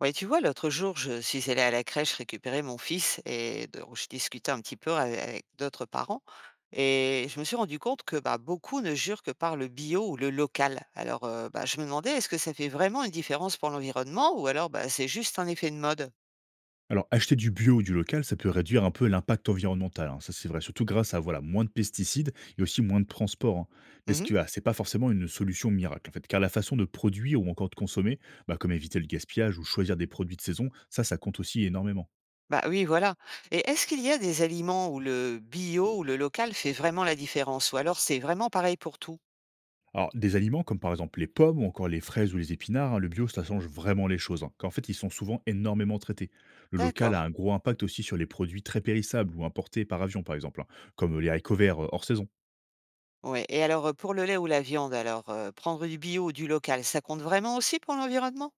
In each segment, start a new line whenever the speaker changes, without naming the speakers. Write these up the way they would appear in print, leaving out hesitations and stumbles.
Ouais, tu vois, l'autre jour, je suis allée à la crèche récupérer mon fils et donc je discutais un petit peu avec d'autres parents et je me suis rendu compte que bah, beaucoup ne jurent que par le bio ou le local. Alors, bah, je me demandais, est-ce que ça fait vraiment une différence pour l'environnement ou alors bah, c'est juste un effet de mode?
Alors, acheter du bio ou du local, ça peut réduire un peu l'impact environnemental, hein, ça c'est vrai, surtout grâce à voilà, moins de pesticides et aussi moins de transport, hein.
Mhm.
C'est pas forcément une solution miracle, en fait, car la façon de produire ou encore de consommer, bah, comme éviter le gaspillage ou choisir des produits de saison, ça compte aussi énormément.
Bah oui, voilà. Et est-ce qu'il y a des aliments où le bio ou le local fait vraiment la différence ou alors c'est vraiment pareil pour tout?
Alors, des aliments comme par exemple les pommes ou encore les fraises ou les épinards, hein, le bio, ça change vraiment les choses, hein, car en fait, ils sont souvent énormément traités. Le local
D'accord.
a un gros impact aussi sur les produits très périssables ou importés par avion, par exemple, hein, comme les haricots verts hors saison.
Ouais. Et alors, pour le lait ou la viande, alors, prendre du bio ou du local, ça compte vraiment aussi pour l'environnement?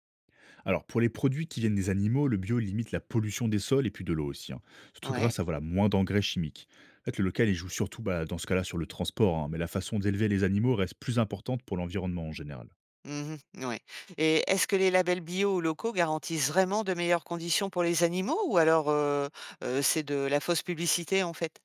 Alors, pour les produits qui viennent des animaux, le bio limite la pollution des sols et puis de l'eau aussi, hein, surtout
Ouais.
grâce à voilà, moins d'engrais chimiques. En fait, le local, il joue surtout, bah, dans ce cas-là, sur le transport, hein, mais la façon d'élever les animaux reste plus importante pour l'environnement en général.
Mmh. Ouais, et est-ce que les labels bio ou locaux garantissent vraiment de meilleures conditions pour les animaux ou alors, c'est de la fausse publicité, en fait?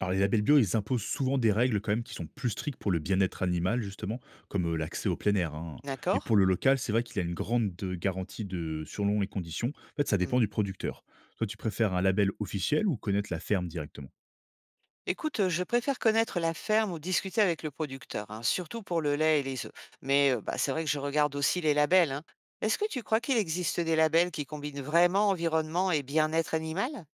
Alors, les labels bio, ils imposent souvent des règles quand même qui sont plus strictes pour le bien-être animal, justement, comme l'accès au plein air, hein. Mais
D'accord.
pour le local, c'est vrai qu'il a une grande garantie de selon les conditions. En fait, ça
Mmh.
dépend du producteur. Toi, tu préfères un label officiel ou connaître la ferme directement?
Écoute, je préfère connaître la ferme ou discuter avec le producteur, hein, surtout pour le lait et les œufs. Mais, bah, c'est vrai que je regarde aussi les labels, hein. Est-ce que tu crois qu'il existe des labels qui combinent vraiment environnement et bien-être animal?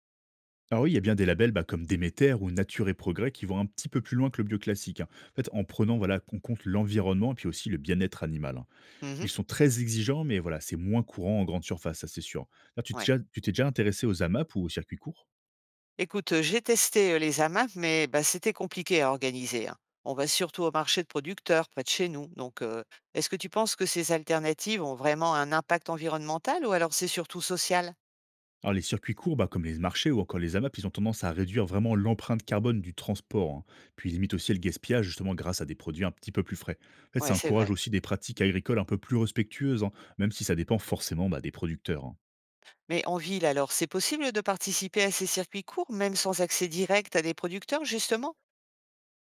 Alors oui, il y a bien des labels bah, comme Déméter ou Nature et Progrès qui vont un petit peu plus loin que le bio classique, hein. En fait, en prenant voilà, en compte l'environnement et puis aussi le bien-être animal, hein.
Mmh.
Ils sont très exigeants, mais voilà, c'est moins courant en grande surface, ça c'est sûr. Là, tu
Ouais.
t'es déjà, tu t'es déjà intéressé aux AMAP ou aux circuits courts?
Écoute, j'ai testé, les AMAP, mais bah, c'était compliqué à organiser, hein. On va surtout au marché de producteurs près de chez nous. Donc, est-ce que tu penses que ces alternatives ont vraiment un impact environnemental ou alors c'est surtout social?
Alors les circuits courts, bah, comme les marchés ou encore les AMAP, ils ont tendance à réduire vraiment l'empreinte carbone du transport, hein. Puis ils limitent aussi le gaspillage justement grâce à des produits un petit peu plus frais. En fait,
Ouais,
ça
c'est
encourage
vrai.
aussi des pratiques agricoles un peu plus respectueuses, hein, même si ça dépend forcément bah, des producteurs, hein.
Mais en ville alors, c'est possible de participer à ces circuits courts, même sans accès direct à des producteurs justement?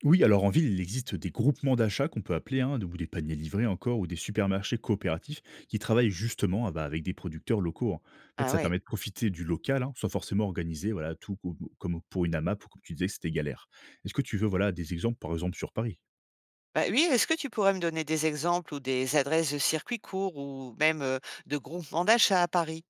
Oui, alors en ville, il existe des groupements d'achats qu'on peut appeler, hein, ou des paniers livrés encore, ou des supermarchés coopératifs qui travaillent justement ah bah, avec des producteurs locaux, hein. En fait,
Ah
ça
ouais.
permet de profiter du local, hein, sans forcément organiser voilà, comme pour une AMAP ou comme tu disais que c'était galère. Est-ce que tu veux voilà, des exemples, par exemple, sur Paris?
Bah, oui, est-ce que tu pourrais me donner des exemples ou des adresses de circuits courts ou même, de groupements d'achat à Paris?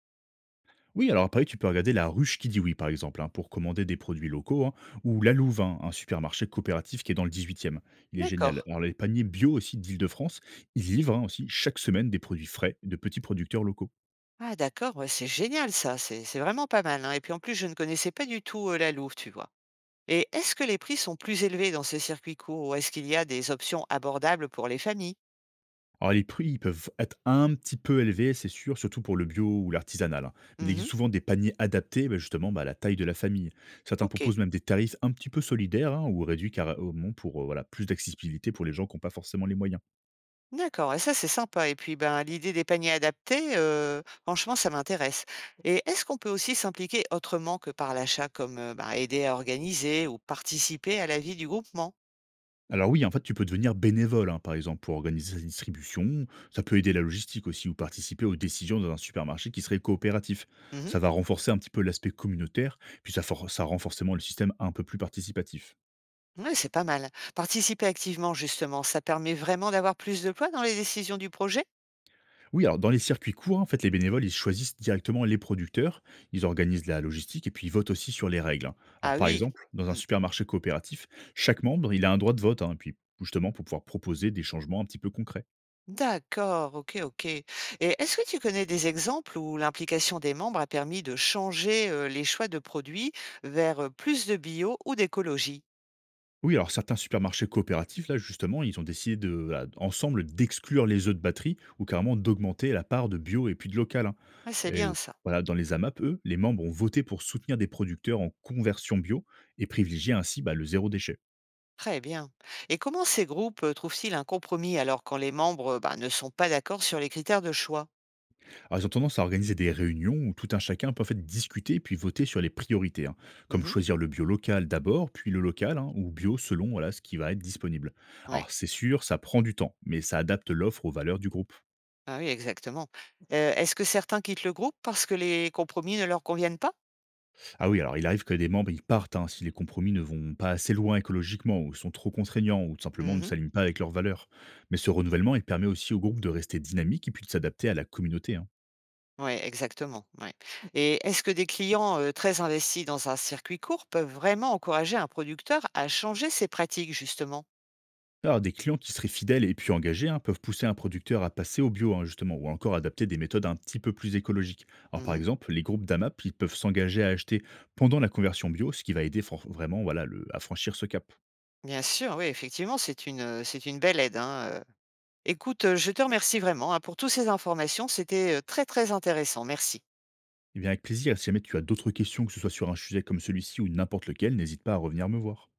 Oui, alors à Paris, tu peux regarder la ruche qui dit oui, par exemple, hein, pour commander des produits locaux, hein, ou la Louvain, un supermarché coopératif qui est dans le 18e. Il est
D'accord.
génial. Alors les paniers bio aussi d'Île-de-France, ils livrent hein, aussi chaque semaine des produits frais de petits producteurs locaux.
Ah d'accord, ouais, c'est génial ça, c'est vraiment pas mal, hein. Et puis en plus, je ne connaissais pas du tout, la Louve, tu vois? Et est-ce que les prix sont plus élevés dans ces circuits courts ou est-ce qu'il y a des options abordables pour les familles?
Alors les prix, ils peuvent être un petit peu élevés, c'est sûr, surtout pour le bio ou l'artisanal, hein. Mais il
Mmh.
existe souvent des paniers adaptés bah, justement bah, à la taille de la famille. Certains
OK.
proposent même des tarifs un petit peu solidaires hein, ou réduits carrément pour voilà, plus d'accessibilité pour les gens qui n'ont pas forcément les moyens.
D'accord, et ça, c'est sympa et puis, ben, l'idée des paniers adaptés, franchement, ça m'intéresse. Et est-ce qu'on peut aussi s'impliquer autrement que par l'achat comme, bah, aider à organiser ou participer à la vie du groupement?
Alors oui, en fait, tu peux devenir bénévole, hein, par exemple, pour organiser sa distribution. Ça peut aider la logistique aussi ou participer aux décisions dans un supermarché qui serait coopératif.
Mmh.
Ça va renforcer un petit peu l'aspect communautaire, puis ça, ça rend forcément le système un peu plus participatif.
Ouais, c'est pas mal. Participer activement justement, ça permet vraiment d'avoir plus de poids dans les décisions du projet?
Oui, alors dans les circuits courts, en fait, les bénévoles, ils choisissent directement les producteurs, ils organisent la logistique et puis ils votent aussi sur les règles, hein. Alors
Ah
par
oui.
exemple, dans un
Mmh.
supermarché coopératif, chaque membre, il a un droit de vote, hein, et puis justement pour pouvoir proposer des changements un petit peu concrets.
D'accord, OK, OK. Et est-ce que tu connais des exemples où l'implication des membres a permis de changer, les choix de produits vers, plus de bio ou d'écologie?
Oui, alors certains supermarchés coopératifs, là justement, ils ont décidé ensemble d'exclure les œufs de batterie ou carrément d'augmenter la part de bio et puis de local, hein.
Ah, c'est
Et
bien ça.
voilà, dans les AMAP, eux, les membres ont voté pour soutenir des producteurs en conversion bio et privilégier ainsi bah, le zéro déchet.
Très bien. Et comment ces groupes, trouvent-ils un compromis alors quand les membres, bah, ne sont pas d'accord sur les critères de choix?
Alors, ils ont tendance à organiser des réunions où tout un chacun peut en fait discuter puis voter sur les priorités, hein, comme
Mmh.
choisir le bio local d'abord, puis le local, hein, ou bio selon voilà, ce qui va être disponible.
Ouais.
Alors c'est sûr, ça prend du temps, mais ça adapte l'offre aux valeurs du groupe.
Ah oui, exactement. Est-ce que certains quittent le groupe parce que les compromis ne leur conviennent pas?
Ah oui, alors il arrive que des membres ils partent hein, si les compromis ne vont pas assez loin écologiquement, ou sont trop contraignants, ou tout simplement ne
Mmh.
s'alignent pas avec leurs valeurs. Mais ce renouvellement, il permet aussi au groupe de rester dynamique et puis de s'adapter à la communauté, hein.
Ouais, exactement, ouais, et est-ce que des clients, très investis dans un circuit court peuvent vraiment encourager un producteur à changer ses pratiques justement?
Alors, des clients qui seraient fidèles et puis engagés hein, peuvent pousser un producteur à passer au bio, hein, justement, ou encore adapter des méthodes un petit peu plus écologiques. Alors, par
Mmh.
exemple, les groupes d'AMAP ils peuvent s'engager à acheter pendant la conversion bio, ce qui va aider vraiment voilà, à franchir ce cap.
Bien sûr, oui, effectivement, c'est une belle aide, hein. Écoute, je te remercie vraiment, hein, pour toutes ces informations, c'était très, très intéressant. Merci.
Et bien, avec plaisir, si jamais tu as d'autres questions, que ce soit sur un sujet comme celui-ci ou n'importe lequel, n'hésite pas à revenir me voir.